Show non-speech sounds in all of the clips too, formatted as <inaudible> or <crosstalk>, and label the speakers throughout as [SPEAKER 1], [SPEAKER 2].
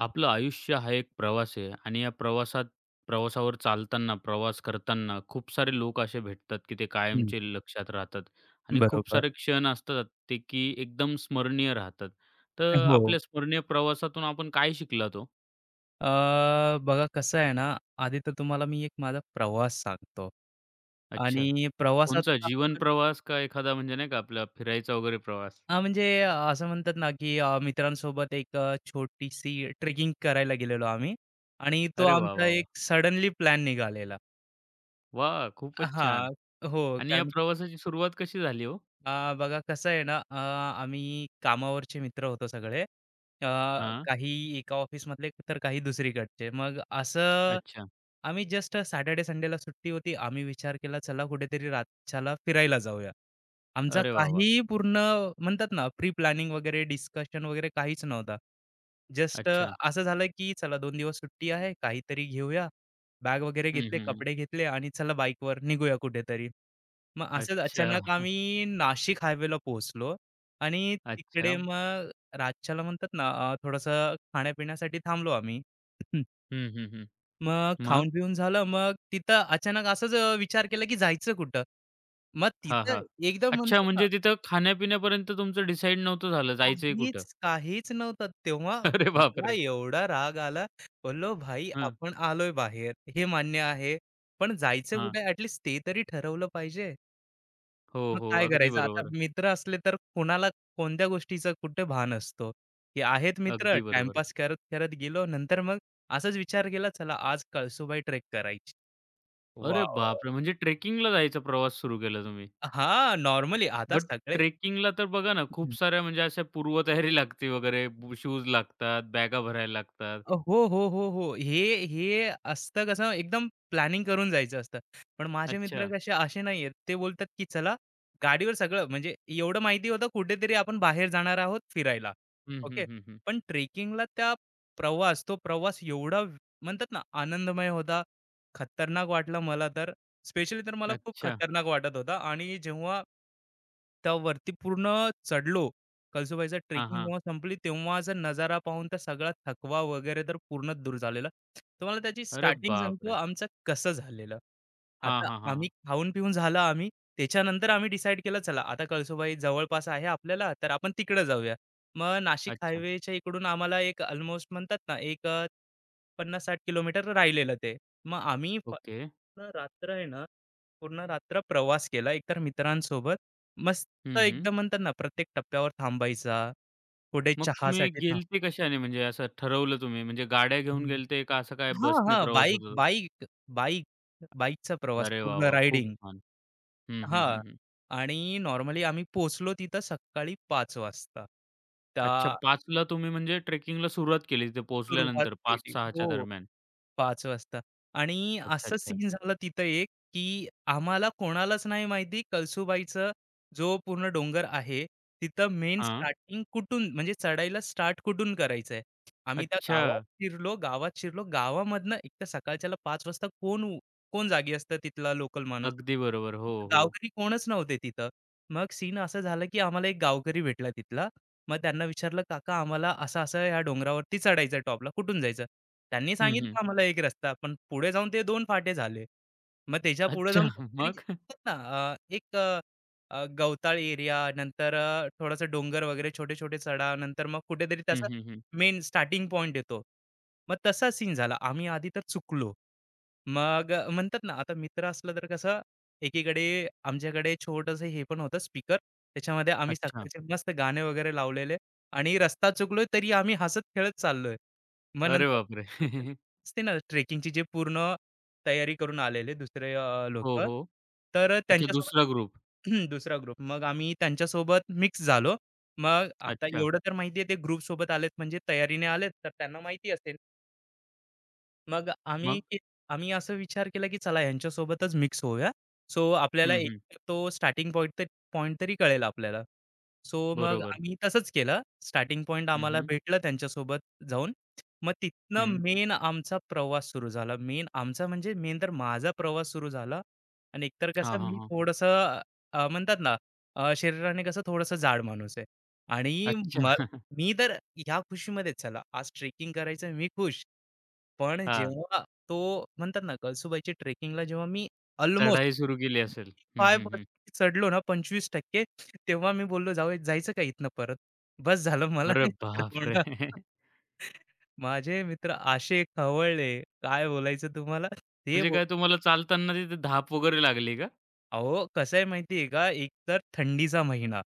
[SPEAKER 1] आपलं आयुष्य हा एक प्रवास आहे आणि या प्रवासात प्रवासावर चालताना, प्रवास करताना खूप सारे लोक असे भेटतात, की ते
[SPEAKER 2] हं,
[SPEAKER 1] कायमचे लक्षात राहतात आणि खूप
[SPEAKER 2] बरोबर.
[SPEAKER 1] सारे क्षण असतात ते, की एकदम स्मरणीय राहतात. तर
[SPEAKER 2] हो.
[SPEAKER 1] आपल्या स्मरणीय प्रवासातून आपण काय शिकलात ओ?
[SPEAKER 2] अ, बघा कसं आहे ना, आधी तर तुम्हाला मी एक माझा प्रवास सांगतो
[SPEAKER 1] अच्छा.
[SPEAKER 2] आणि
[SPEAKER 1] कोणचा जीवन प्रवास का एखादा म्हणजे नाही का आपला फिरायचा वगैरे प्रवास?
[SPEAKER 2] म्हणजे असं म्हणतात ना, की मित्रांसोबत एक छोटीशी ट्रेकिंग करायला गेलेलो आम्ही आणि तो
[SPEAKER 1] अरे वाह,
[SPEAKER 2] आमचा
[SPEAKER 1] वाह, वाह!
[SPEAKER 2] एक सडनली प्लॅन निघालेला.
[SPEAKER 1] वाह! खूपच छान.
[SPEAKER 2] हां, हो.
[SPEAKER 1] आणि या
[SPEAKER 2] कारण
[SPEAKER 1] प्रवासाची सुरुवात कशी झाली हो?
[SPEAKER 2] बघा कसं आहे ना, आम्ही कामावरचे मित्र होतो सगळे.
[SPEAKER 1] हां.
[SPEAKER 2] काही एका ऑफिसमधले, तर काही दुसरीकडचे. मग असं
[SPEAKER 1] अच्छा.
[SPEAKER 2] आम्ही जस्ट सॅटर्डे संडेला सुट्टी होती. आम्ही विचार केला चला कुठेतरी रातच्याला फिरायला जाऊया. आमचा
[SPEAKER 1] अरे वाह, वाह!
[SPEAKER 2] काही पूर्ण म्हणतात ना प्री प्लॅनिंग वगैरे डिस्कशन वगैरे काहीच नव्हता. जस्ट
[SPEAKER 1] अच्छा.
[SPEAKER 2] असं झालं की चला 2 दिवस सुट्टी आहे काहीतरी घेऊया. बॅग वगैरे
[SPEAKER 1] हं, हं,
[SPEAKER 2] घेतले,
[SPEAKER 1] हं.
[SPEAKER 2] कपडे घेतले आणि चला बाईकवर निघूया कुठेतरी. मग असंच
[SPEAKER 1] अच्छा,
[SPEAKER 2] अचानक आम्ही नाशिक हायवेला पोहोचलो आणि
[SPEAKER 1] अच्छा.
[SPEAKER 2] तिकडे मग रातच्याला म्हणतात ना खाण्यापिण्यासाठी थांबलो आम्ही. <clears throat>
[SPEAKER 1] हं, हं, हं.
[SPEAKER 2] मग
[SPEAKER 1] मग?
[SPEAKER 2] खाऊन-पिऊन झालं, मग तिथं अचानक असाच विचार केला की जायचं कुठं? मग
[SPEAKER 1] हां, हां.
[SPEAKER 2] तिथं एकदम
[SPEAKER 1] अच्छा
[SPEAKER 2] म्हणतात ना,
[SPEAKER 1] म्हणजे तिथं खाण्यापिण्यापर्यंत तुमचं डिसाईड नव्हतं झालं जायचंय कुठं?
[SPEAKER 2] काहीच काहीच नव्हतं. तेव्हा
[SPEAKER 1] <laughs> अरे
[SPEAKER 2] मला
[SPEAKER 1] बापरे!
[SPEAKER 2] एवढा राग आला. बोललो, "भाई,
[SPEAKER 1] हां,
[SPEAKER 2] आपण आलोय बाहेर, हे मान्य आहे. पण जायचं
[SPEAKER 1] हां.
[SPEAKER 2] कुठे? ॲटलीस्ट ते तरी ठरवलं पाहिजे."
[SPEAKER 1] हो,
[SPEAKER 2] मग
[SPEAKER 1] हो.
[SPEAKER 2] काय
[SPEAKER 1] अगदी
[SPEAKER 2] करायचं आता
[SPEAKER 1] बरोबर.
[SPEAKER 2] मित्र असले तर कोणाला कोणत्या गोष्टीचं कुठे भान असतो? हे आहेत मित्र,
[SPEAKER 1] अगदी बरोबर.
[SPEAKER 2] टाईमपास करत-करत गेलो. नंतर मग असाच विचार केला, "चला, आज कळसुबाई ट्रेक करायची."
[SPEAKER 1] अरे
[SPEAKER 2] वॉव!
[SPEAKER 1] बापरे! म्हणजे ट्रेकिंगला जायचा प्रवास सुरू केला तुम्ही.
[SPEAKER 2] हां, नॉर्मली आता
[SPEAKER 1] बट
[SPEAKER 2] सगळे
[SPEAKER 1] ट्रेकिंगला तर बघा ना खूप साऱ्या म्हणजे अशा पूर्वतयारी लागते वगैरे, शूज लागतात, बॅगा भरायला लागतात.
[SPEAKER 2] हो, हो, हो, हो. हे हे असतं कसं एकदम प्लॅनिंग करून जायचं असतं. पण माझे मित्र
[SPEAKER 1] अच्छा.
[SPEAKER 2] कसे असे नाहीयेत. ते बोलतात, की चला गाडीवर सगळं म्हणजे एवढं माहिती होतं कुठेतरी आपण बाहेर जाणार आहोत फिरायला.
[SPEAKER 1] हं,
[SPEAKER 2] ओके.
[SPEAKER 1] हं, हं, हं.
[SPEAKER 2] पण ट्रेकिंगला त्या प्रवास तो प्रवास एवढा व- म्हणतात ना आनंदमय होता, खतरनाक वाटला मला तर. स्पेशली तर मला खूप
[SPEAKER 1] अच्छा.
[SPEAKER 2] खतरनाक वाटत होता आणि जेव्हा त्यावरती पूर्ण चढलो. कळसूबाईचा
[SPEAKER 1] हां,
[SPEAKER 2] ट्रेकिंग
[SPEAKER 1] हां.
[SPEAKER 2] जेव्हा संपली तेव्हाचा नजारा पाहून तर सगळा थकवा वगैरे तर पूर्ण दूर झालेला. तुम्हाला त्याची
[SPEAKER 1] अरे
[SPEAKER 2] स्टार्टिंग सांगतो
[SPEAKER 1] बापरे!
[SPEAKER 2] आमचं कसं झालेलं.
[SPEAKER 1] हां,
[SPEAKER 2] आता
[SPEAKER 1] हां,
[SPEAKER 2] आम्ही
[SPEAKER 1] हां.
[SPEAKER 2] खाऊन-पिऊन झालं आम्ही. त्याच्यानंतर आम्ही डिसाईड केलं चला आता कळसूबाई जवळपास आहे आपल्याला तर आपण तिकडे जाऊया. मग नाशिक
[SPEAKER 1] अच्छा.
[SPEAKER 2] हायवेच्या इकडून आम्हाला एक अल्मोस्ट म्हणतात ना 50-60 किलोमीटर राहिलेलं ते. मग आम्ही फ
[SPEAKER 1] ओके.
[SPEAKER 2] पूर्ण रात्र आहे ना, पूर्ण रात्र प्रवास केला एकतर मित्रांसोबत. मस्त
[SPEAKER 1] हं, हं.
[SPEAKER 2] एकदम म्हणतात ना, प्रत्येक टप्प्यावर थांबायचा, कुठे
[SPEAKER 1] मग तुम्ही
[SPEAKER 2] चहासाठी थांब
[SPEAKER 1] गेलते कशाने? म्हणजे असं ठरवलं तुम्ही म्हणजे गाड्या घेऊन
[SPEAKER 2] हं.
[SPEAKER 1] गेलते का असं काय
[SPEAKER 2] हां,
[SPEAKER 1] बसने
[SPEAKER 2] हां.
[SPEAKER 1] प्रवास
[SPEAKER 2] बाईक
[SPEAKER 1] होत होता?
[SPEAKER 2] बाईक बाईक बाईकचा प्रवास
[SPEAKER 1] अरे वाह,
[SPEAKER 2] पूर्ण
[SPEAKER 1] वाह! खूप
[SPEAKER 2] रायडिंग.
[SPEAKER 1] छान. हं, हं,
[SPEAKER 2] हां.
[SPEAKER 1] हं, हं.
[SPEAKER 2] आणि नॉर्मली आम्ही पोहोचलो तिथं सकाळी 5 वाजता. त्या
[SPEAKER 1] अच्छा 5 ला तुम्ही म्हणजे ट्रेकिंगला सुरुवात केली तिथे
[SPEAKER 2] सुरुवात
[SPEAKER 1] पोहोचल्यानंतर
[SPEAKER 2] केली.
[SPEAKER 1] 5-6
[SPEAKER 2] हो.
[SPEAKER 1] दरम्यान.
[SPEAKER 2] 5 वाजता आणि
[SPEAKER 1] अच्छा,
[SPEAKER 2] असं
[SPEAKER 1] अच्छा.
[SPEAKER 2] सीन झालं तिथं एक, की आम्हाला कोणालाच नाही माहिती कळसूबाईचं जो पूर्ण डोंगर आहे, तिथं मेन
[SPEAKER 1] हां.
[SPEAKER 2] स्टार्टिंग कुठून म्हणजे चढायला स्टार्ट कुठून करायचंय. आम्ही त्या
[SPEAKER 1] अच्छा.
[SPEAKER 2] गावात शिरलो, गावात शिरलो. गावामधनं एक तर सकाळच्याला 5 वाजता कोण जागी असतं तिथला लोकल माणूस.
[SPEAKER 1] अगदी बरोबर. हो, हो.
[SPEAKER 2] गावकरी कोणच नव्हते तिथं. मग सीन असं झालं, की आम्हाला एक गावकरी भेटला तिथला. मग त्यांना विचारलं, "काका आम्हाला असं-असं ह्या डोंगरावरती चढायचं आहे टॉपला, कुठून जायचं?" त्यांनी
[SPEAKER 1] हं, हं.
[SPEAKER 2] सांगितलं आम्हाला एक रस्ता, पण पुढे जाऊन ते दोन फाटे झाले. मग त्याच्या पुढे
[SPEAKER 1] अच्छा
[SPEAKER 2] जाऊन
[SPEAKER 1] <laughs>
[SPEAKER 2] कुठेतरी
[SPEAKER 1] मग?
[SPEAKER 2] असतात ना, अ, एक अ, अ, गवताळ एरिया, नंतर थोडंसं डोंगर वगैरे छोटे-छोटे चढाव, नंतर मग कुठेतरी
[SPEAKER 1] हं,
[SPEAKER 2] त्याचा
[SPEAKER 1] हं, हं.
[SPEAKER 2] मेन स्टार्टिंग पॉइंट येतो. मग तसा सीन झाला. आम्ही आधी तर चुकलो. मग म्हणतात ना आता मित्र असलं तर कसं एकीकडे आमच्याकडे छोटंसं हे पण होतं स्पीकर त्याच्यामध्ये आम्ही
[SPEAKER 1] अच्छा.
[SPEAKER 2] सकाळचे मस्त गाणे वगैरे लावलेले आणि रस्ता चुकलोय तरी आम्ही हसत खेळत चाललोय मग
[SPEAKER 1] अरे
[SPEAKER 2] नंतर
[SPEAKER 1] बापरे!
[SPEAKER 2] दुसरे
[SPEAKER 1] <laughs>
[SPEAKER 2] असते ना ट्रेकिंगची जे पूर्ण तयारी करून आलेले दुसरे
[SPEAKER 1] हो,
[SPEAKER 2] लोक
[SPEAKER 1] हो.
[SPEAKER 2] तर
[SPEAKER 1] अच्छा
[SPEAKER 2] त्यांच्यासोबत
[SPEAKER 1] दुसरा ग्रुप.
[SPEAKER 2] <clears throat> दुसरा ग्रुप मग आम्ही त्यांच्यासोबत मिक्स झालो मग आता
[SPEAKER 1] अच्छा.
[SPEAKER 2] एवढं तर माहिती आहे ते ग्रुप सोबत आलेत म्हणजे तयारीने आलेत तर त्यांना माहिती असेल मग आम्ही
[SPEAKER 1] मग?
[SPEAKER 2] की आम्ही असा विचार केला की चला यांच्यासोबतच मिक्स होऊया. सो आपल्याला
[SPEAKER 1] हं, हं.
[SPEAKER 2] एक तो स्टार्टिंग पॉइंट तर पॉइंट तरी कळेल आपल्याला. सो मग
[SPEAKER 1] बरोबर.
[SPEAKER 2] आम्ही तसंच केलं. स्टार्टिंग पॉइंट
[SPEAKER 1] हं,
[SPEAKER 2] आम्हाला
[SPEAKER 1] हं.
[SPEAKER 2] भेटलं त्यांच्यासोबत जाऊन. मग तिथनं
[SPEAKER 1] हं.
[SPEAKER 2] मेन आमचा प्रवास सुरू झाला. मेन आमचा म्हणजे मेन तर माझा प्रवास सुरू झाला. आणि एकतर
[SPEAKER 1] हां,
[SPEAKER 2] कसं
[SPEAKER 1] हां,
[SPEAKER 2] मी
[SPEAKER 1] हां.
[SPEAKER 2] थोडंसं म्हणतात ना शरीराने कसं थोडंसं जाड माणूस आहे आणि
[SPEAKER 1] अच्छा.
[SPEAKER 2] मग
[SPEAKER 1] <laughs>
[SPEAKER 2] मी तर ह्या खुशीमध्येच चला आज ट्रेकिंग करायचं मी खुश. पण
[SPEAKER 1] हां.
[SPEAKER 2] जेव्हा तो म्हणतात ना, कळसुबाईची ट्रेकिंगला जेव्हा मी अल्मोस्ट
[SPEAKER 1] चढाई सुरू केली असेल. हं, हं, हं.
[SPEAKER 2] 5% चढलो ना 25% तेव्हा मी बोललो, जायचं का इथनं परत? बस झालं मला
[SPEAKER 1] अरे
[SPEAKER 2] नाही
[SPEAKER 1] बापरे!
[SPEAKER 2] चढवणार."
[SPEAKER 1] <laughs>
[SPEAKER 2] <laughs> माझे मित्र आशे खवळले, काय बोलायचं तुम्हाला. ते
[SPEAKER 1] म्हणजे
[SPEAKER 2] बोल
[SPEAKER 1] काय तुम्हाला चालताना तिथे धाप वगैरे लागली का?
[SPEAKER 2] अहो, कसं आहे माहिती का? एक तर थंडीचा महिना,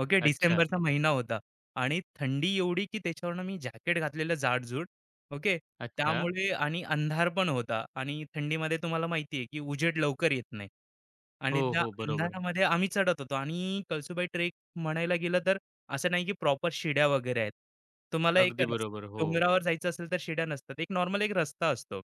[SPEAKER 2] ओके.
[SPEAKER 1] अच्छा,
[SPEAKER 2] डिसेंबरचा महिना होता आणि थंडी एवढी की त्याच्यावरनं मी जॅकेट घातलेलं जाडजूड, ओके.
[SPEAKER 1] अच्छा.
[SPEAKER 2] त्यामुळे आणि अंधार पण होता आणि थंडीमध्ये तुम्हाला माहिती आहे की उजेड लवकर येत नाही आणि
[SPEAKER 1] हो,
[SPEAKER 2] त्या
[SPEAKER 1] हो. बरोबर.
[SPEAKER 2] अंधारामध्ये आम्ही चढत होतो आणि कळसूबाई ट्रेक म्हणायला गेलं तर असं नाही की प्रॉपर शिड्या वगैरे आहेत. तुम्हाला एक
[SPEAKER 1] अगदी
[SPEAKER 2] रस्ता
[SPEAKER 1] बरोबर. हो.
[SPEAKER 2] डोंगरावर जायचं असेल तर शिड्या नसतात. एक नॉर्मल एक रस्ता असतो.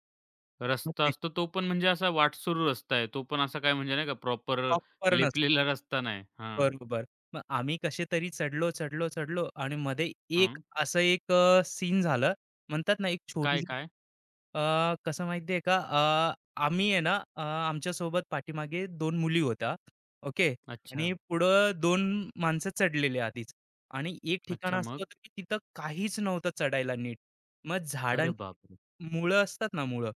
[SPEAKER 1] रस्ता असतो तो पण म्हणजे असा वाटसरू रस्ता आहे. तो पण असा काय म्हणजे नाही का प्रॉपर
[SPEAKER 2] प्रॉपर नसतो.
[SPEAKER 1] लेपलेला रस्ता नाही. हां,
[SPEAKER 2] बरोबर. मग आम्ही कसे तरी चढलो, चढलो, चढलो आणि मध्ये एक
[SPEAKER 1] हां.
[SPEAKER 2] असं एक सीन झालं. म्हणतात ना, एक
[SPEAKER 1] काय,
[SPEAKER 2] छोटीशी
[SPEAKER 1] काय?
[SPEAKER 2] कसं माहितीये का आम्ही आहे ना आमच्या सोबत पाठीमागे दोन मुली होत्या ओके
[SPEAKER 1] अच्छा,
[SPEAKER 2] आणि पुढं दोन माणसं चढलेले आधीच आणि एक ठिकाण
[SPEAKER 1] अच्छा.
[SPEAKER 2] असं
[SPEAKER 1] मग?
[SPEAKER 2] होतं की तिथं काहीच नव्हतं चढायला नीट मग
[SPEAKER 1] अरे
[SPEAKER 2] झाडांची
[SPEAKER 1] बापरे!
[SPEAKER 2] मुळं असतात ना मुळं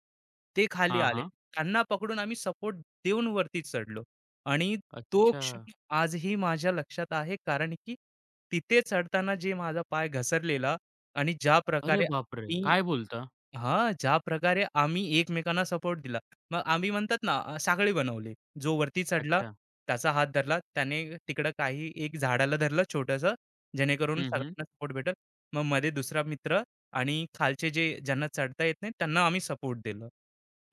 [SPEAKER 2] ते खाली
[SPEAKER 1] हां,
[SPEAKER 2] आले
[SPEAKER 1] हां.
[SPEAKER 2] त्यांना पकडून आम्ही सपोर्ट देऊन वरती चढलो आणि तो
[SPEAKER 1] अच्छा.
[SPEAKER 2] क्षण आजही माझ्या लक्षात आहे कारण की तिथे चढताना जे माझा पाय घसरलेला आणि ज्या
[SPEAKER 1] अरे
[SPEAKER 2] प्रकारे
[SPEAKER 1] बापरे!
[SPEAKER 2] मी
[SPEAKER 1] काय बोलता?
[SPEAKER 2] हां, ज्या प्रकारे आम्ही एकमेकांना सपोर्ट दिला. मग आम्ही म्हणतात ना, साखळी बनवली. जो वरती चढला,
[SPEAKER 1] अच्छा.
[SPEAKER 2] त्याचा हात धरला. त्याने तिकडं काही एक झाडाला धरलं छोटंसं, जेणेकरून
[SPEAKER 1] हं, हं.
[SPEAKER 2] सगळ्यांना सपोर्ट भेटेल. मग मध्ये दुसरा मित्र आणि खालचे जे ज्यांना चढता येत नाही, त्यांना आम्ही सपोर्ट दिलं.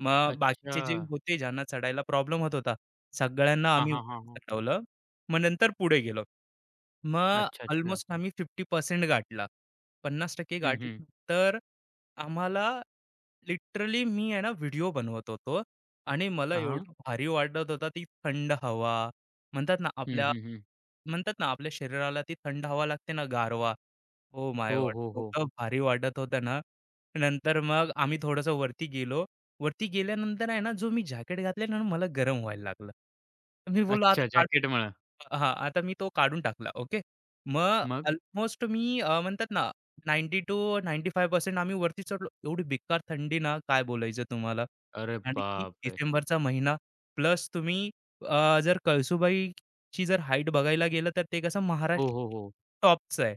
[SPEAKER 2] मग
[SPEAKER 1] अच्छा.
[SPEAKER 2] बाकीचे जे होते, ज्यांना चढायला प्रॉब्लेम होत होता, सगळ्यांना
[SPEAKER 1] हां,
[SPEAKER 2] आम्ही
[SPEAKER 1] हां, हां,
[SPEAKER 2] वरती
[SPEAKER 1] हां.
[SPEAKER 2] चढवलं. मग नंतर पुढे गेलो. मग
[SPEAKER 1] अच्छा, अच्छा.
[SPEAKER 2] ऑलमोस्ट आम्ही 50% गाठला. 50%
[SPEAKER 1] हं, हं.
[SPEAKER 2] गाठल्यानंतर आम्हाला लिटरली मी आहे ना व्हिडिओ बनवत होतो आणि मला
[SPEAKER 1] हां.
[SPEAKER 2] एवढं भारी वाटत होता ती थंड हवा म्हणतात ना
[SPEAKER 1] हं,
[SPEAKER 2] आपल्या
[SPEAKER 1] हं, हं.
[SPEAKER 2] म्हणतात ना आपल्या शरीराला ती थंड हवा लागते ना गारवा हो माय
[SPEAKER 1] हो,
[SPEAKER 2] गॉड
[SPEAKER 1] हो, हो.
[SPEAKER 2] एवढं भारी वाटत होतं ना नंतर मग आम्ही थोडंसं वरती गेलो वरती गेल्यानंतर आहे ना जो मी जॅकेट घातले ना मला गरम व्हायला लागलं मी बोललो
[SPEAKER 1] अच्छा
[SPEAKER 2] आता
[SPEAKER 1] जॅकेटमुळं.
[SPEAKER 2] हां, आता मी तो काढून टाकला. ओके. मग
[SPEAKER 1] मग?
[SPEAKER 2] अल्मोस्ट मी म्हणतात ना 90 टू 95% आम्ही वरती चढलो. एवढी बेकार थंडी ना काय बोलायचं तुम्हाला.
[SPEAKER 1] अरे
[SPEAKER 2] आणि की
[SPEAKER 1] बापरे!
[SPEAKER 2] डिसेंबरचा महिना प्लस तुम्ही जर कळसुबाईची जर हाईट बघायला गेलं तर ते कसं
[SPEAKER 1] हो,
[SPEAKER 2] महाराष्ट्र
[SPEAKER 1] हो, हो.
[SPEAKER 2] टॉपचं आहे.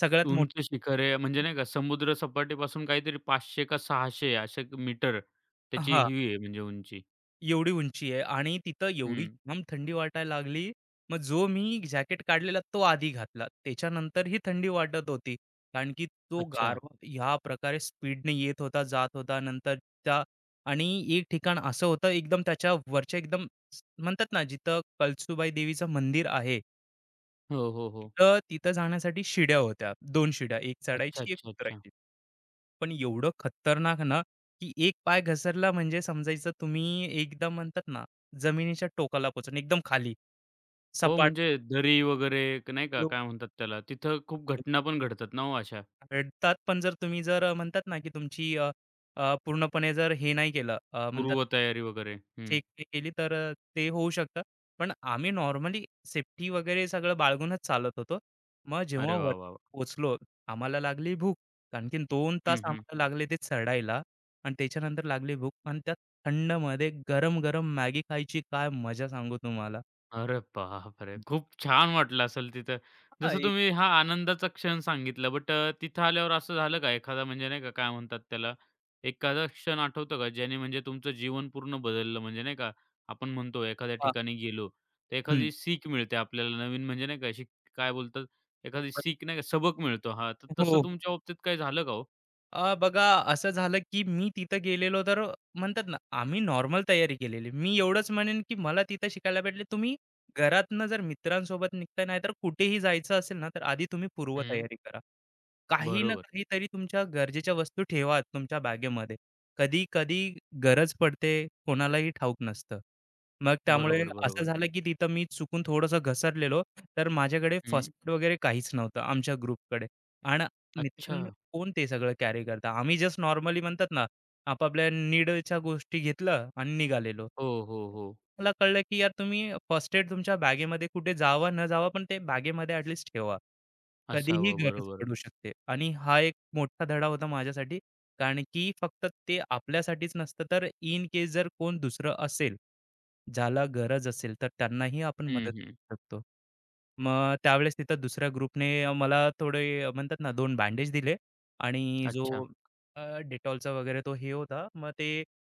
[SPEAKER 2] सगळ्यात मोठं
[SPEAKER 1] उंच शिखर आहे म्हणजे नाही का समुद्र सपाटीपासून काहीतरी 500 का 600 असे मीटर त्याची
[SPEAKER 2] हां.
[SPEAKER 1] ही आहे म्हणजे उंची.
[SPEAKER 2] एवढी उंची आहे आणि तिथं एवढी
[SPEAKER 1] हं.
[SPEAKER 2] जाम थंडी वाटायला लागली. मग जो मी जॅकेट काढलेला तो आधी घातला. त्याच्यानंतर ही थंडी वाटत होती. कारण की तो
[SPEAKER 1] अच्छा.
[SPEAKER 2] गारवा ह्या प्रकारे स्पीडने येत होता, जात होता. नंतर त्या आणि एक ठिकाण असं होतं एकदम त्याच्या वरच्या एकदम म्हणतात ना जिथं कळसुबाई देवीचं मंदिर आहे.
[SPEAKER 1] हो, हो, हो.
[SPEAKER 2] तिथं तिथं जाण्यासाठी शिड्या होत्या. दोन शिड्या, एक
[SPEAKER 1] अच्छा,
[SPEAKER 2] चढायची, एक
[SPEAKER 1] अच्छा, अच्छा.
[SPEAKER 2] उतरायची. पण एवढं खतरनाक ना, की एक पाय घसरला म्हणजे समजायचं तुम्ही एकदम म्हणतात ना, जमिनीच्या टोकाला पोहोचून एकदम खाली
[SPEAKER 1] हो,
[SPEAKER 2] सपाट.
[SPEAKER 1] म्हणजे दरी वगैरे एक नाही का काय म्हणतात त्याला तिथं खूप घटना पण घडतात ना हो अशा
[SPEAKER 2] भेटतात पण जर तुम्ही जर म्हणतात ना, की तुमची अ, अ, पूर्णपणे जर हे नाही केलं अ, म्हणतात
[SPEAKER 1] पूर्वतयारी वगैरे. हं.
[SPEAKER 2] चेक नाही केली तर ते होऊ शकतं. पण आम्ही नॉर्मली सेफ्टी वगैरे सगळं बाळगूनच चालत होतो. मग
[SPEAKER 1] अरे
[SPEAKER 2] जेव्हा
[SPEAKER 1] वाह, वाह,
[SPEAKER 2] वरती
[SPEAKER 1] वाह!
[SPEAKER 2] पोहोचलो, आम्हाला लागली भूक. आणखीन 2 तास
[SPEAKER 1] हं, हं.
[SPEAKER 2] आम्हाला लागले ते चढायला आणि त्याच्यानंतर लागली भूक आणि त्यात थंडमध्ये गरम-गरम मॅगी खायची काय मजा सांगू तुम्हाला.
[SPEAKER 1] अरे बापरे! खूप छान वाटलं असेल तिथं.
[SPEAKER 2] हां,
[SPEAKER 1] जसं
[SPEAKER 2] एक
[SPEAKER 1] तुम्ही हा आनंदाचा क्षण सांगितला, बट तिथं आल्यावर असं झालं का एखादा म्हणजे नाही का, काय म्हणतात त्याला, एखादा क्षण आठवतो का ज्याने म्हणजे तुमचं जीवन पूर्ण बदललं? म्हणजे नाही का, आपण म्हणतो एखाद्या
[SPEAKER 2] पा
[SPEAKER 1] ठिकाणी गेलो, तर
[SPEAKER 2] हं.
[SPEAKER 1] एखादी सीख मिळते आपल्याला नवीन म्हणजे नाही का, अशी काय बोलतात, एखादी सीख नाही का, सबक मिळतो. हां, तर
[SPEAKER 2] हो,
[SPEAKER 1] तसं
[SPEAKER 2] हो.
[SPEAKER 1] तुमच्या बाबतीत काही झालं का हो?
[SPEAKER 2] बघा असं झालं की मी तिथं गेलेलो तर म्हणतात ना आम्ही नॉर्मल तयारी केलेली मी एवढंच म्हणेन की मला तिथं शिकायला भेटले तुम्ही घरातनं जर मित्रांसोबत निघताय नाही तर कुठेही जायचं असेल ना तर आधी तुम्ही
[SPEAKER 1] हं.
[SPEAKER 2] पूर्वतयारी करा काही ना
[SPEAKER 1] बरोबर.
[SPEAKER 2] काहीतरी तुमच्या गरजेच्या वस्तू ठेवा तुमच्या बॅगेमध्ये. कधी कधी गरज पडते कोणालाही ठाऊक नसतं. मग त्यामुळे
[SPEAKER 1] बरोबर,
[SPEAKER 2] असं
[SPEAKER 1] बरोबर.
[SPEAKER 2] झालं की तिथं मी चुकून थोडंसं घसरलेलो, तर माझ्याकडे
[SPEAKER 1] हं.
[SPEAKER 2] फर्स्ट एड वगैरे काहीच नव्हतं आमच्या ग्रुपकडे. आणि
[SPEAKER 1] अच्छा.
[SPEAKER 2] मित्रांनो कोण ते सगळं कॅरी करतं. आम्ही जस्ट नॉर्मली म्हणतात ना, आपापल्या नीडच्या गोष्टी घेतलं आणि निघालेलो.
[SPEAKER 1] हो, हो, हो.
[SPEAKER 2] मला कळलं की यार तुम्ही फर्स्ट एड तुमच्या बॅगेमध्ये कुठे जावा न जावा, पण ते बॅगेमध्ये ॲट लीस्ट ठेवा. कधीही
[SPEAKER 1] असावं.
[SPEAKER 2] गरज
[SPEAKER 1] बरोबर.
[SPEAKER 2] पडू शकते आणि हा एक मोठा धडा होता माझ्यासाठी. कारण की फक्त ते आपल्यासाठीच नसतं, तर इन केस जर कोण दुसरं असेल, ज्याला गरज असेल, तर त्यांनाही आपण
[SPEAKER 1] हं,
[SPEAKER 2] मदत
[SPEAKER 1] हं.
[SPEAKER 2] करू शकतो. मग त्यावेळेस तिथं दुसऱ्या ग्रुपने मला थोडे म्हणतात ना 2 बँडेज दिले आणि जो
[SPEAKER 1] अच्छा.
[SPEAKER 2] डेटॉलचा वगैरे तो हे होता. मग ते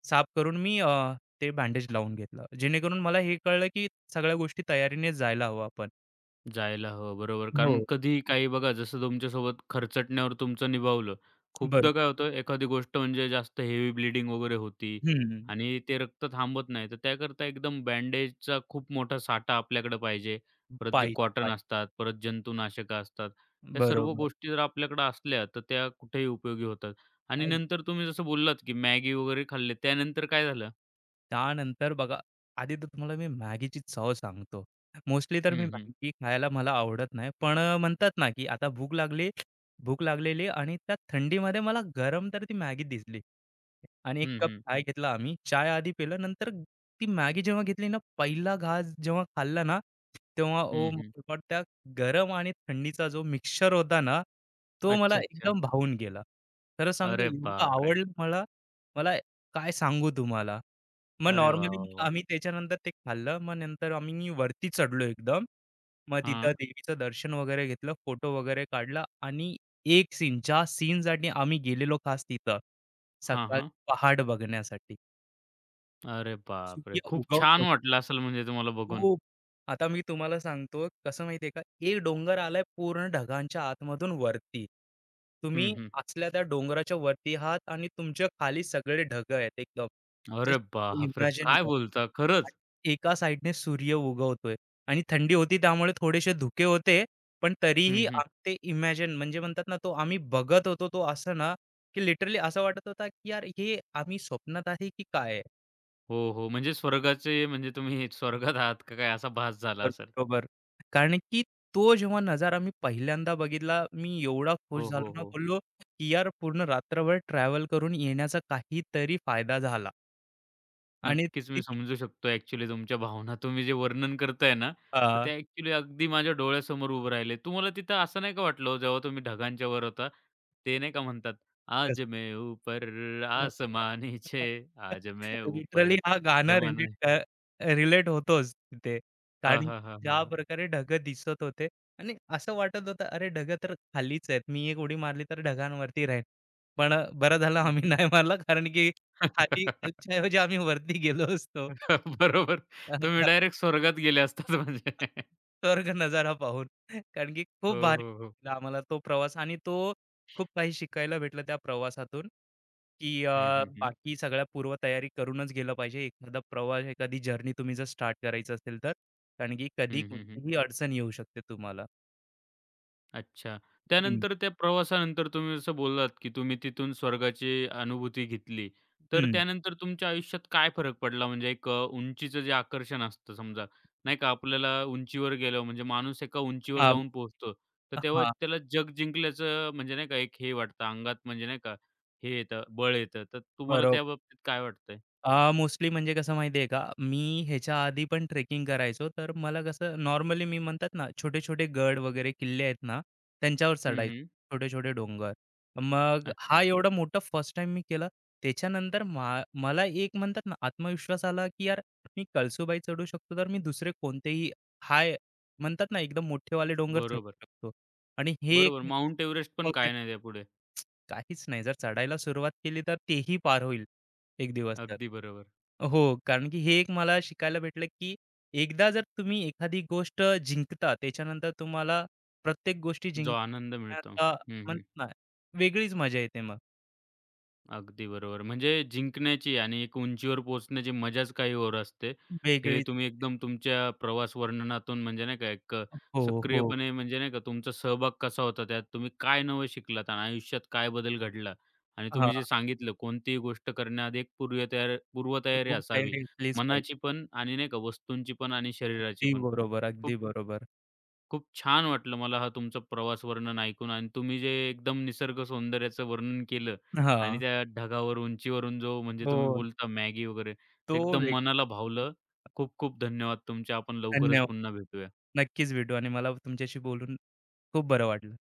[SPEAKER 2] साफ करून मी ते बँडेज लावून घेतलं. जेणेकरून मला हे कळलं की सगळ्या गोष्टी तयारीने जायला हवं आपण.
[SPEAKER 1] जायला हवं, बरोबर. कारण
[SPEAKER 2] हो.
[SPEAKER 1] कधी काही बघा जसं तुमच्यासोबत खरचटण्यावर तुमचं निभावलं. खूपदा
[SPEAKER 2] बरोबर.
[SPEAKER 1] काय होतं एखादी गोष्ट म्हणजे जास्त हेवी ब्लीडिंग वगैरे होती
[SPEAKER 2] हं.
[SPEAKER 1] आणि ते रक्त थांबत नाही. तर त्याकरता एकदम बँडेजचा खूप मोठा साठा आपल्याकडे पाहिजे. परत जे
[SPEAKER 2] पाहिजे,
[SPEAKER 1] कॉटन
[SPEAKER 2] पाहिजे.
[SPEAKER 1] असतात, परत जंतुनाशकं असतात. ह्या सर्व
[SPEAKER 2] बरोबर.
[SPEAKER 1] गोष्टी जर आपल्याकडे असल्या तर त्या कुठेही उपयोगी होतात.
[SPEAKER 2] अ,
[SPEAKER 1] आणि नंतर तुम्ही जसं बोललात, की मॅगी वगैरे खाल्ले त्यानंतर काय झालं?
[SPEAKER 2] त्यानंतर बघा, आधी तर तुम्हाला मी मॅगीची चव सांगतो. मोस्टली तर मी
[SPEAKER 1] हं, हं.
[SPEAKER 2] मॅगी खायला मला आवडत नाही. पण म्हणतात ना, की आता भूक लागली भूक लागलेली आणि त्या थंडीमध्ये मला गरम तर ती मॅगी दिसली. आणि एक
[SPEAKER 1] हं,
[SPEAKER 2] कप
[SPEAKER 1] हं.
[SPEAKER 2] चाय घेतला आम्ही. चाय आधी पिलं. नंतर ती मॅगी जेव्हा घेतली ना, पहिला घास जेव्हा खाल्ला ना, तेव्हा ओह
[SPEAKER 1] हं, हं.
[SPEAKER 2] My God! त्या गरम आणि थंडीचा जो मिक्सचर होता ना, तो मला
[SPEAKER 1] अच्छा, अच्छा.
[SPEAKER 2] एकदम भावून गेला. खरं सांगतो
[SPEAKER 1] अरे
[SPEAKER 2] एवढं
[SPEAKER 1] बापरे!
[SPEAKER 2] आवडलं मला, काय सांगू तुम्हाला. मग
[SPEAKER 1] अरे वाह,
[SPEAKER 2] नॉर्मली
[SPEAKER 1] वाह,
[SPEAKER 2] मग
[SPEAKER 1] वाह!
[SPEAKER 2] आम्ही त्याच्यानंतर ते खाल्लं. मग नंतर आम्ही वरती चढलो एकदम. मग तिथं
[SPEAKER 1] हां.
[SPEAKER 2] देवीचं दर्शन वगैरे घेतलं, फोटो वगैरे काढला आणि एक सीन, ज्या सीनसाठी आम्ही गेलेलो खास तिथं,
[SPEAKER 1] हां,
[SPEAKER 2] सकाळचं
[SPEAKER 1] हां.
[SPEAKER 2] पहाट बघण्यासाठी.
[SPEAKER 1] अरे बापरे!
[SPEAKER 2] सूर्य
[SPEAKER 1] खूप छान
[SPEAKER 2] उगवतो.
[SPEAKER 1] वाटलं असेल म्हणजे तुम्हाला बघून.
[SPEAKER 2] हो. आता मी तुम्हाला सांगतो कसं माहितीये का, एक डोंगर आलाय पूर्ण ढगांच्या आतमधून वरती.
[SPEAKER 1] हं,
[SPEAKER 2] तुम्ही
[SPEAKER 1] हं.
[SPEAKER 2] असल्या त्या डोंगराच्या वरती आहात आणि तुमच्या खाली सगळे ढग आहेत एकदम.
[SPEAKER 1] अरे
[SPEAKER 2] जस्ट
[SPEAKER 1] बापरे!
[SPEAKER 2] इमॅजिन
[SPEAKER 1] काय
[SPEAKER 2] करा.
[SPEAKER 1] बोलता? खरंच?
[SPEAKER 2] आणि एका साइडने सूर्य उगवतोय आणि थंडी होती त्यामुळे थोडेसे धुके होते. पण तरीही
[SPEAKER 1] हं, हं.
[SPEAKER 2] ते इमॅजिन म्हणजे म्हणतात ना, तो आम्ही बघत होतो तो असं ना, की लिटरली असं वाटत होता, की यार हे आम्ही स्वप्नात आहे की काय आहे?
[SPEAKER 1] हो, हो. म्हणजे स्वर्गाचे म्हणजे तुम्ही स्वर्गात आहात का काय असा भास झाला असेल.
[SPEAKER 2] बरोबर. कारण की तो जेव्हा नजारा मी पहिल्यांदा बघितला, मी एवढा खुश
[SPEAKER 1] हो, हो,
[SPEAKER 2] झालो ना,
[SPEAKER 1] हो.
[SPEAKER 2] बोललो, की यार पूर्ण रात्रभर ट्रॅव्हल करून येण्याचा काहीतरी फायदा झाला आणि
[SPEAKER 1] नक्कीच मी
[SPEAKER 2] ती
[SPEAKER 1] समजू शकतो ॲक्चुअली तुमच्या भावना. तुम्ही जे वर्णन करताय ना, तर
[SPEAKER 2] अ,
[SPEAKER 1] त्या ॲक्चुअली अगदी माझ्या डोळ्यासमोर उभं राहिले. तुम्हाला तिथं असं नाही का वाटलं हो, जेव्हा तुम्ही ढगांच्या वर होता, ते नाही का म्हणतात, "आज
[SPEAKER 2] कसं
[SPEAKER 1] मैं ऊपर आसमां नीचे, आज मैं
[SPEAKER 2] लिटरली
[SPEAKER 1] ऊपर
[SPEAKER 2] हा गाणं
[SPEAKER 1] जमाना"
[SPEAKER 2] रिलेट रिलेट होतोच तिथे.
[SPEAKER 1] हां,
[SPEAKER 2] कारण
[SPEAKER 1] हां,
[SPEAKER 2] की
[SPEAKER 1] हां, हां,
[SPEAKER 2] ज्या
[SPEAKER 1] हां.
[SPEAKER 2] प्रकारे ढगं दिसत होते आणि असं वाटत होतं, अरे ढगं तर खालीच आहेत. मी एक उडी मारली तर ढगांवरती राहीन. पण बरं झालं
[SPEAKER 1] हं.
[SPEAKER 2] आम्ही नाही मारला कारण की खाली
[SPEAKER 1] <laughs>
[SPEAKER 2] खालच्या ऐवजी आम्ही वरती गेलो असतो.
[SPEAKER 1] बरोबर. तुम्ही
[SPEAKER 2] <laughs>
[SPEAKER 1] डायरेक्ट स्वर्गात गेले असतात म्हणजे. <laughs>
[SPEAKER 2] स्वर्ग नजारा पाहून. कारण की खूप
[SPEAKER 1] हो,
[SPEAKER 2] भारी
[SPEAKER 1] हो, हो.
[SPEAKER 2] वाटलं आम्हाला तो प्रवास आणि तो खूप काही शिकायला भेटलं त्या प्रवासातून, की
[SPEAKER 1] हं, हं, हं.
[SPEAKER 2] बाकी सगळ्या पूर्वतयारी करूनच गेलं पाहिजे. एखादा प्रवास, एखादी जर्नी तुम्ही जर स्टार्ट करायचं असेल तर. कारण की कधी
[SPEAKER 1] हं, हं, हं.
[SPEAKER 2] कोणतीही अडचण येऊ शकते तुम्हाला.
[SPEAKER 1] अच्छा.
[SPEAKER 2] हं,
[SPEAKER 1] त्यानंतर त्या प्रवासानंतर तुम्ही जसं बोललात, की तुम्ही तिथून स्वर्गाची अनुभूती घेतली. तर
[SPEAKER 2] हं.
[SPEAKER 1] त्यानंतर तुमच्या आयुष्यात काय फरक पडला? म्हणजे एक उंचीचं जे आकर्षण असतं समजा, नाही का आपल्याला उंचीवर गेलो म्हणजे माणूस एका उंचीवर
[SPEAKER 2] हां,
[SPEAKER 1] जाऊन पोहोचतो. तर तेव्हा
[SPEAKER 2] हां.
[SPEAKER 1] त्याला जग जिंकल्याचं म्हणजे नाही का एक हे वाटतं अंगात म्हणजे नाही का, हे येतं, बळ येतं. तर तुम्हाला त्या
[SPEAKER 2] बरोबर.
[SPEAKER 1] बाबतीत काय वाटतंय?
[SPEAKER 2] मोस्टली म्हणजे कसं माहिती का, मी ह्याच्या आधी पण ट्रेकिंग करायचो, तर मला कसं नॉर्मली मी म्हणतात ना, छोटे-छोटे गड वगैरे किल्ले आहेत ना, त्यांच्यावर
[SPEAKER 1] हं,
[SPEAKER 2] चढायचो,
[SPEAKER 1] हं.
[SPEAKER 2] छोटे-छोटे डोंगर. मग हा
[SPEAKER 1] अच्छा.
[SPEAKER 2] एवढा मोठा फर्स्ट टाईम मी केला. त्याच्यानंतर मला एक म्हणतात ना, आत्मविश्वास आला, की यार मी कळसूबाई चढू शकतो, तर मी दुसरे कोणतेही हाय म्हणतात ना, एकदम मोठेवाले डोंगर चढू
[SPEAKER 1] बरोबर.
[SPEAKER 2] शकतो. आणि हे
[SPEAKER 1] बरोबर.
[SPEAKER 2] एक
[SPEAKER 1] माउंट एव्हरेस्ट पण काय
[SPEAKER 2] positive-
[SPEAKER 1] नाही त्यापुढे.
[SPEAKER 2] काहीच नाही, जर चढायला सुरुवात केली, तर तेही पार होईल एक दिवस तर.
[SPEAKER 1] अगदी बरोबर.
[SPEAKER 2] हो, कारण की हे एक मला शिकायला भेटलं, की एकदा जर तुम्ही एखादी गोष्ट जिंकता, त्याच्यानंतर तुम्हाला प्रत्येक गोष्टी
[SPEAKER 1] जो आनंद मिळतो.
[SPEAKER 2] जिंकण्याचा
[SPEAKER 1] हं, हं.
[SPEAKER 2] म्हणतात ना, वेगळीच मजा येते मग.
[SPEAKER 1] अगदी बरोबर. म्हणजे जिंकण्याची आणि एक उंचीवर पोहोचण्याची मजाच काही और असते. हे
[SPEAKER 2] वेगळीच
[SPEAKER 1] तुम्ही एकदम तुमच्या प्रवास वर्णनातून म्हणजे नाही का एक
[SPEAKER 2] हो, हो.
[SPEAKER 1] सक्रियपणे म्हणजे नाही का तुमचा सहभाग कसा होता त्यात? तुम्ही काय नवं शिकलात आणि आयुष्यात काय बदल घडला? आणि
[SPEAKER 2] हां,
[SPEAKER 1] तुम्ही जे सांगितलं कोणतीही गोष्ट करण्याआधी एक पूर्वतयारी
[SPEAKER 2] कुठून
[SPEAKER 1] असावी.
[SPEAKER 2] तयारी असलीच
[SPEAKER 1] मनाची
[SPEAKER 2] पाहिजे.
[SPEAKER 1] पण आणि नाही का वस्तूंची पण आणि शरीराची
[SPEAKER 2] अगदी
[SPEAKER 1] पण.
[SPEAKER 2] बरोबर,
[SPEAKER 1] खूप
[SPEAKER 2] अगदी बरोबर.
[SPEAKER 1] खूप छान वाटलं मला हा तुमचा प्रवास वर्णन ऐकून आणि तुम्ही जे एकदम निसर्ग सौंदर्याचं वर्णन केलं
[SPEAKER 2] हां,
[SPEAKER 1] आणि त्या ढगावर, उंचीवरून जो म्हणजे तुम्ही
[SPEAKER 2] हो,
[SPEAKER 1] बोलता मॅगी वगैरे,
[SPEAKER 2] तो
[SPEAKER 1] ते एकदम
[SPEAKER 2] वेग
[SPEAKER 1] मनाला भावलं. खूप खूप धन्यवाद तुमचे. आपण लवकरच
[SPEAKER 2] धन्यवाद.
[SPEAKER 1] पुन्हा भेटूया.
[SPEAKER 2] नक्कीच भेटू आणि मला तुमच्याशी बोलून खूप बरं वाटलं.